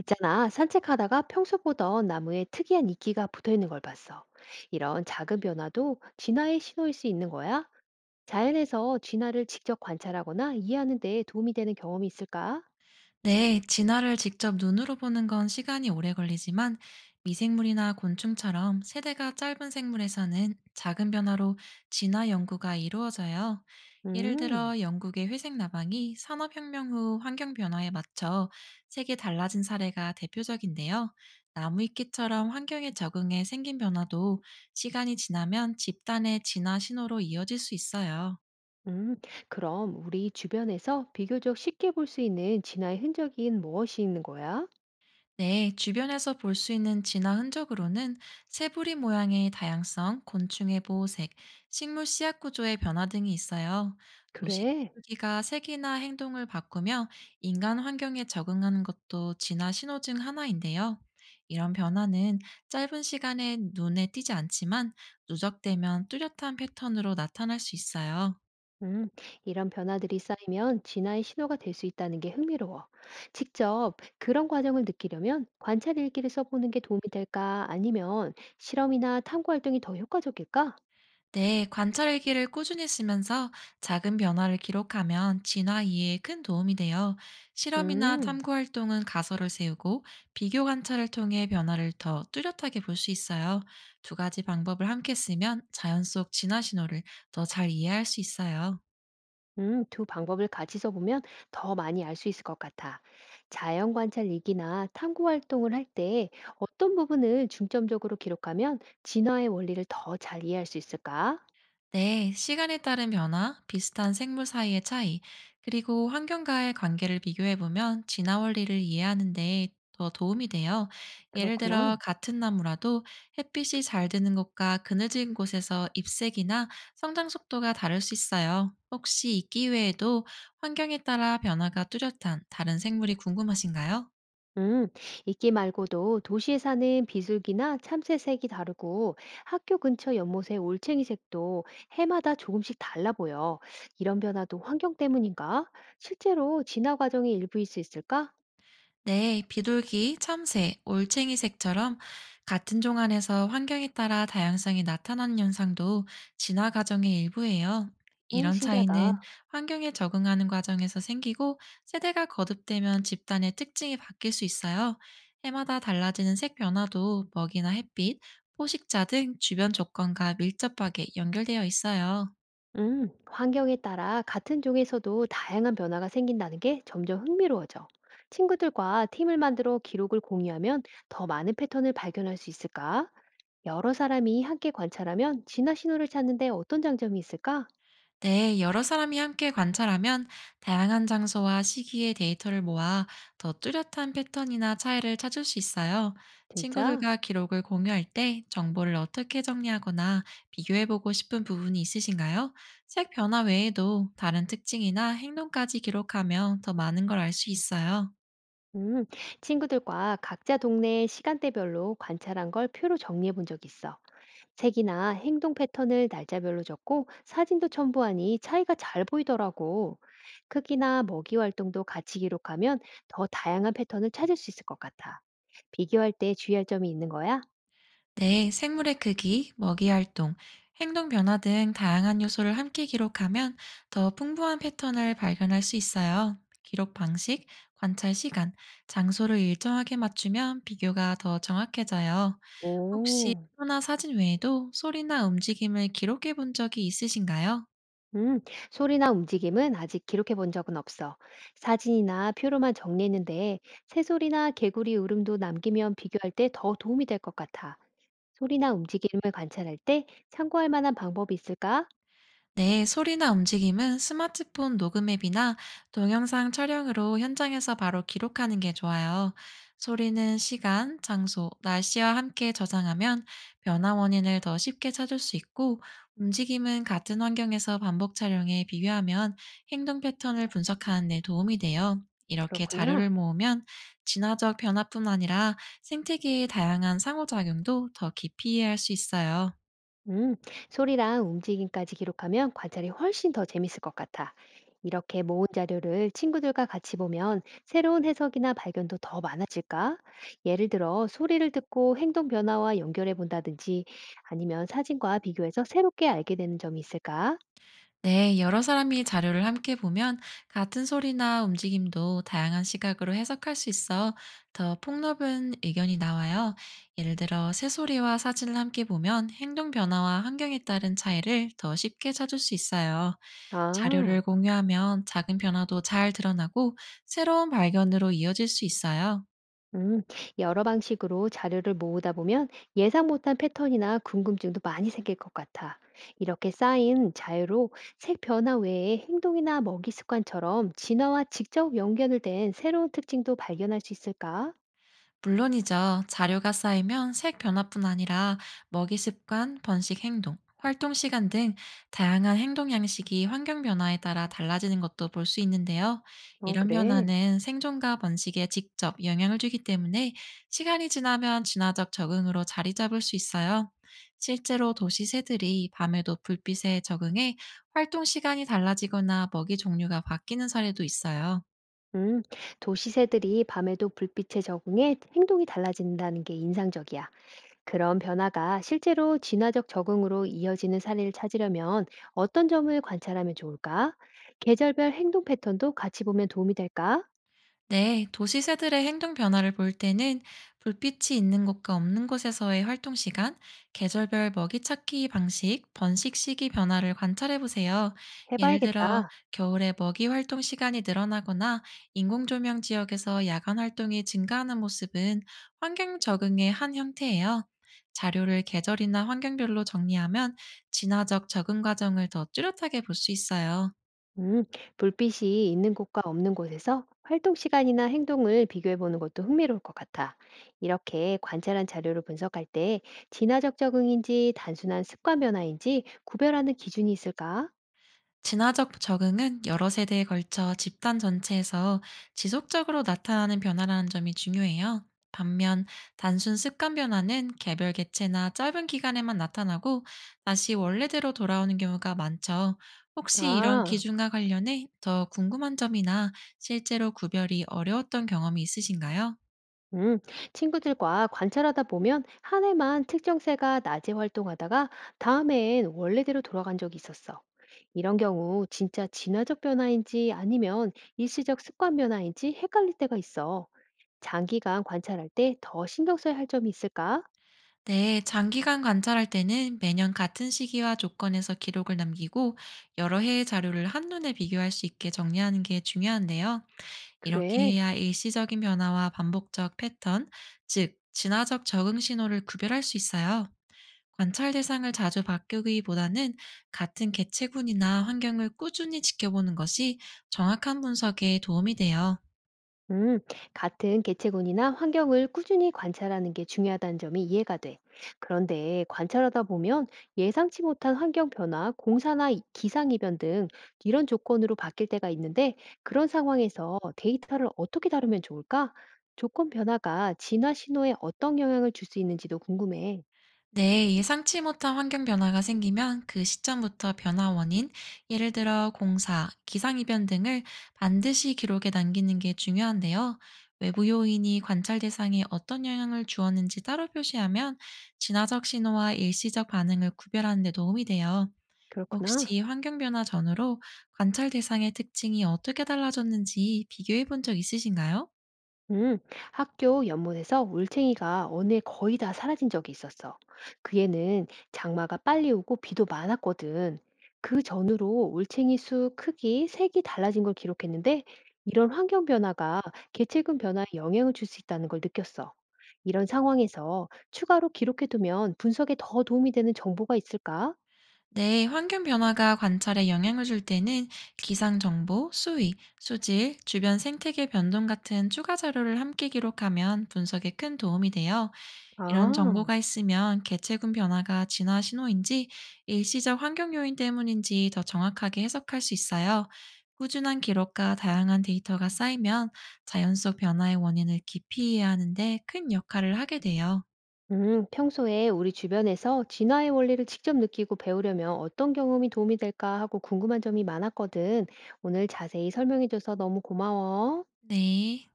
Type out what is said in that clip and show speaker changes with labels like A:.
A: 있잖아, 산책하다가 평소 보던 나무에 특이한 이끼가 붙어 있는 걸 봤어. 이런 작은 변화도 진화의 신호일 수 있는 거야? 자연에서 진화를 직접 관찰하거나 이해하는 데 도움이 되는 경험이 있을까?
B: 네, 진화를 직접 눈으로 보는 건 시간이 오래 걸리지만 미생물이나 곤충처럼 세대가 짧은 생물에서는 작은 변화로 진화 연구가 이루어져요. 예를
A: 음,
B: 들어 영국의 회색 나방이 산업혁명 후 환경 변화에 맞춰 색이 달라진 사례가 대표적인데요. 나무위키처럼 환경에 적응해 생긴 변화도 시간이 지나면 집단의 진화 신호로 이어질 수 있어요.
A: 음. 그럼 우리 주변에서 비교적 쉽게 볼 수 있는 진화의 흔적인 무엇이 있는 거야?
B: 네, 주변에서 볼 수 있는 진화 흔적으로는 새부리 모양의 다양성, 곤충의 보호색, 식물 씨앗 구조의 변화 등이 있어요. 도시
A: 그래.
B: 크기가 색이나 행동을 바꾸며 인간 환경에 적응하는 것도 진화 신호 중 하나인데요. 이런 변화는 짧은 시간에 눈에 띄지 않지만 누적되면 뚜렷한 패턴으로 나타날 수 있어요.
A: 음, 이런 변화들이 쌓이면 진화의 신호가 될 수 있다는 게 흥미로워. 직접 그런 과정을 느끼려면 관찰 일기를 써보는 게 도움이 될까? 아니면 실험이나 탐구 활동이 더 효과적일까?
B: 네, 관찰일기를 꾸준히 쓰면서 작은 변화를 기록하면 진화 이해에 큰 도움이 돼요. 실험이나
A: 음,
B: 탐구 활동은 가설을 세우고 비교 관찰을 통해 변화를 더 뚜렷하게 볼 수 있어요. 두 가지 방법을 함께 쓰면 자연 속 진화 신호를 더 잘 이해할 수 있어요.
A: 두 방법을 같이 써보면 더 많이 알 수 있을 것 같아. 자연 관찰 일기나 탐구 활동을 할 때 어떤 부분을 중점적으로 기록하면 진화의 원리를 더 잘 이해할 수 있을까?
B: 네, 시간에 따른 변화, 비슷한 생물 사이의 차이, 그리고 환경과의 관계를 비교해보면 진화 원리를 이해하는 데 더 도움이 돼요. 예를 들어,
A: 그렇구나.
B: 같은 나무라도 햇빛이 잘 드는 곳과 그늘진 곳에서 잎색이나 성장 속도가 다를 수 있어요. 혹시 이기 외에도 환경에 따라 변화가 뚜렷한 다른 생물이 궁금하신가요?
A: 음, 이끼 말고도 도시에 사는 비둘기나 참새색이 다르고 학교 근처 연못의 올챙이색도 해마다 조금씩 달라 보여. 이런 변화도 환경 때문인가? 실제로 진화 과정의 일부일 수 있을까?
B: 네, 비둘기, 참새, 올챙이색처럼 같은 종 안에서 환경에 따라 다양성이 나타나는 현상도 진화 과정의 일부예요.
A: 오,
B: 이런
A: 신기하다.
B: 차이는 환경에 적응하는 과정에서 생기고 세대가 거듭되면 집단의 특징이 바뀔 수 있어요. 해마다 달라지는 색 변화도 먹이나 햇빛, 포식자 등 주변 조건과 밀접하게 연결되어 있어요.
A: 환경에 따라 같은 종에서도 다양한 변화가 생긴다는 게 점점 흥미로워져. 친구들과 팀을 만들어 기록을 공유하면 더 많은 패턴을 발견할 수 있을까? 여러 사람이 함께 관찰하면 진화 신호를 찾는데 어떤 장점이 있을까?
B: 네, 여러 사람이 함께 관찰하면 다양한 장소와 시기의 데이터를 모아 더 뚜렷한 패턴이나 차이를 찾을 수 있어요.
A: 진짜?
B: 친구들과 기록을 공유할 때 정보를 어떻게 정리하거나 비교해보고 싶은 부분이 있으신가요? 색 변화 외에도 다른 특징이나 행동까지 기록하면 더 많은 걸 알 수 있어요.
A: 음, 친구들과 각자 동네의 시간대별로 관찰한 걸 표로 정리해 본 적 있어. 색이나 행동 패턴을 날짜별로 적고 사진도 첨부하니 차이가 잘 보이더라고. 크기나 먹이 활동도 같이 기록하면 더 다양한 패턴을 찾을 수 있을 것 같아. 비교할 때 주의할 점이 있는 거야?
B: 네, 생물의 크기, 먹이 활동, 행동 변화 등 다양한 요소를 함께 기록하면 더 풍부한 패턴을 발견할 수 있어요. 기록 방식, 관찰 시간, 장소를 일정하게 맞추면 비교가 더 정확해져요. 혹시
A: 오.
B: 표나 사진 외에도 소리나 움직임을 기록해 본 적이 있으신가요?
A: 음, 소리나 움직임은 아직 기록해 본 적은 없어. 사진이나 표로만 정리했는데 새소리나 개구리 울음도 남기면 비교할 때 더 도움이 될 것 같아. 소리나 움직임을 관찰할 때 참고할 만한 방법이 있을까?
B: 네, 소리나 움직임은 스마트폰 녹음 앱이나 동영상 촬영으로 현장에서 바로 기록하는 게 좋아요. 소리는 시간, 장소, 날씨와 함께 저장하면 변화 원인을 더 쉽게 찾을 수 있고, 움직임은 같은 환경에서 반복 촬영에 비교하면 행동 패턴을 분석하는 데 도움이 돼요. 이렇게 자료를
A: 그렇구나.
B: 모으면 진화적 변화뿐 아니라 생태계의 다양한 상호작용도 더 깊이 이해할 수 있어요.
A: 음, 소리랑 움직임까지 기록하면 관찰이 훨씬 더 재밌을 것 같아. 이렇게 모은 자료를 친구들과 같이 보면 새로운 해석이나 발견도 더 많아질까? 예를 들어, 소리를 듣고 행동 변화와 연결해 본다든지 아니면 사진과 비교해서 새롭게 알게 되는 점이 있을까?
B: 네, 여러 사람이 자료를 함께 보면 같은 소리나 움직임도 다양한 시각으로 해석할 수 있어 더 폭넓은 의견이 나와요. 예를 들어, 새소리와 사진을 함께 보면 행동 변화와 환경에 따른 차이를 더 쉽게 찾을 수 있어요.
A: 아.
B: 자료를 공유하면 작은 변화도 잘 드러나고 새로운 발견으로 이어질 수 있어요.
A: 음, 여러 방식으로 자료를 모으다 보면 예상 못한 패턴이나 궁금증도 많이 생길 것 같아. 이렇게 쌓인 자유로 색 변화 외에 행동이나 먹이 습관처럼 진화와 직접 연결된 새로운 특징도 발견할 수 있을까?
B: 물론이죠. 자료가 쌓이면 색 변화뿐 아니라 먹이 습관, 번식 행동, 활동 시간 등 다양한 행동 양식이 환경 변화에 따라 달라지는 것도 볼 수 있는데요.
A: 어,
B: 이런
A: 그래.
B: 변화는 생존과 번식에 직접 영향을 주기 때문에 시간이 지나면 진화적 적응으로 자리 잡을 수 있어요. 실제로 도시 새들이 밤에도 불빛에 적응해 활동 시간이 달라지거나 먹이 종류가 바뀌는 사례도 있어요.
A: 음, 도시새들이 밤에도 불빛에 적응해 행동이 달라진다는 게 인상적이야. 그런 변화가 실제로 진화적 적응으로 이어지는 사례를 찾으려면 어떤 점을 관찰하면 좋을까? 계절별 행동 패턴도 같이 보면 도움이 될까?
B: 네, 도시 새들의 행동 변화를 볼 때는 불빛이 있는 곳과 없는 곳에서의 활동 시간, 계절별 먹이 찾기 방식, 번식 시기 변화를 관찰해 보세요. 예를
A: 해봐야겠다.
B: 들어, 겨울에 먹이 활동 시간이 늘어나거나 인공조명 지역에서 야간 활동이 증가하는 모습은 환경 적응의 한 형태예요. 자료를 계절이나 환경별로 정리하면 진화적 적응 과정을 더 뚜렷하게 볼 수 있어요.
A: 음, 불빛이 있는 곳과 없는 곳에서 활동 시간이나 행동을 비교해 보는 것도 흥미로울 것 같아. 이렇게 관찰한 자료를 분석할 때 진화적 적응인지 단순한 습관 변화인지 구별하는 기준이 있을까?
B: 진화적 적응은 여러 세대에 걸쳐 집단 전체에서 지속적으로 나타나는 변화라는 점이 중요해요. 반면 단순 습관 변화는 개별 개체나 짧은 기간에만 나타나고 다시 원래대로 돌아오는 경우가 많죠. 혹시 이런
A: 아,
B: 기준과 관련해 더 궁금한 점이나 실제로 구별이 어려웠던 경험이 있으신가요?
A: 음, 친구들과 관찰하다 보면 한 해만 특정 새가 낮에 활동하다가 다음해엔 원래대로 돌아간 적이 있었어. 이런 경우 진짜 진화적 변화인지 아니면 일시적 습관 변화인지 헷갈릴 때가 있어. 장기간 관찰할 때 더 신경 써야 할 점이 있을까?
B: 네, 장기간 관찰할 때는 매년 같은 시기와 조건에서 기록을 남기고 여러 해의 자료를 한눈에 비교할 수 있게 정리하는 게 중요한데요. 이렇게
A: 그래.
B: 해야 일시적인 변화와 반복적 패턴, 즉, 진화적 적응 신호를 구별할 수 있어요. 관찰 대상을 자주 바꾸기보다는 같은 개체군이나 환경을 꾸준히 지켜보는 것이 정확한 분석에 도움이 돼요.
A: 음, 같은 개체군이나 환경을 꾸준히 관찰하는 게 중요하다는 점이 이해가 돼. 그런데 관찰하다 보면 예상치 못한 환경 변화, 공사나 기상이변 등 이런 조건으로 바뀔 때가 있는데 그런 상황에서 데이터를 어떻게 다루면 좋을까? 조건 변화가 진화 신호에 어떤 영향을 줄 수 있는지도 궁금해.
B: 네, 예상치 못한 환경 변화가 생기면 그 시점부터 변화 원인, 예를 들어 공사, 기상이변 등을 반드시 기록에 남기는 게 중요한데요. 외부 요인이 관찰 대상에 어떤 영향을 주었는지 따로 표시하면 진화적 신호와 일시적 반응을 구별하는 데 도움이 돼요.
A: 그렇구나.
B: 혹시 환경 변화 전후로 관찰 대상의 특징이 어떻게 달라졌는지 비교해 본 적 있으신가요?
A: 음, 학교 연못에서 울챙이가 어느 해 거의 다 사라진 적이 있었어. 그 해는 장마가 빨리 오고 비도 많았거든. 그 전으로 울챙이 수 크기, 색이 달라진 걸 기록했는데 이런 환경 변화가 개체군 변화에 영향을 줄 수 있다는 걸 느꼈어. 이런 상황에서 추가로 기록해두면 분석에 더 도움이 되는 정보가 있을까?
B: 네, 환경 변화가 관찰에 영향을 줄 때는 기상 정보, 수위, 수질, 주변 생태계 변동 같은 추가 자료를 함께 기록하면 분석에 큰 도움이 돼요. 이런
A: 아.
B: 정보가 있으면 개체군 변화가 진화 신호인지 일시적 환경 요인 때문인지 더 정확하게 해석할 수 있어요. 꾸준한 기록과 다양한 데이터가 쌓이면 자연 속 변화의 원인을 깊이 이해하는 데 큰 역할을 하게 돼요.
A: 평소에 우리 주변에서 진화의 원리를 직접 느끼고 배우려면 어떤 경험이 도움이 될까 하고 궁금한 점이 많았거든. 오늘 자세히 설명해줘서 너무 고마워.
B: 네.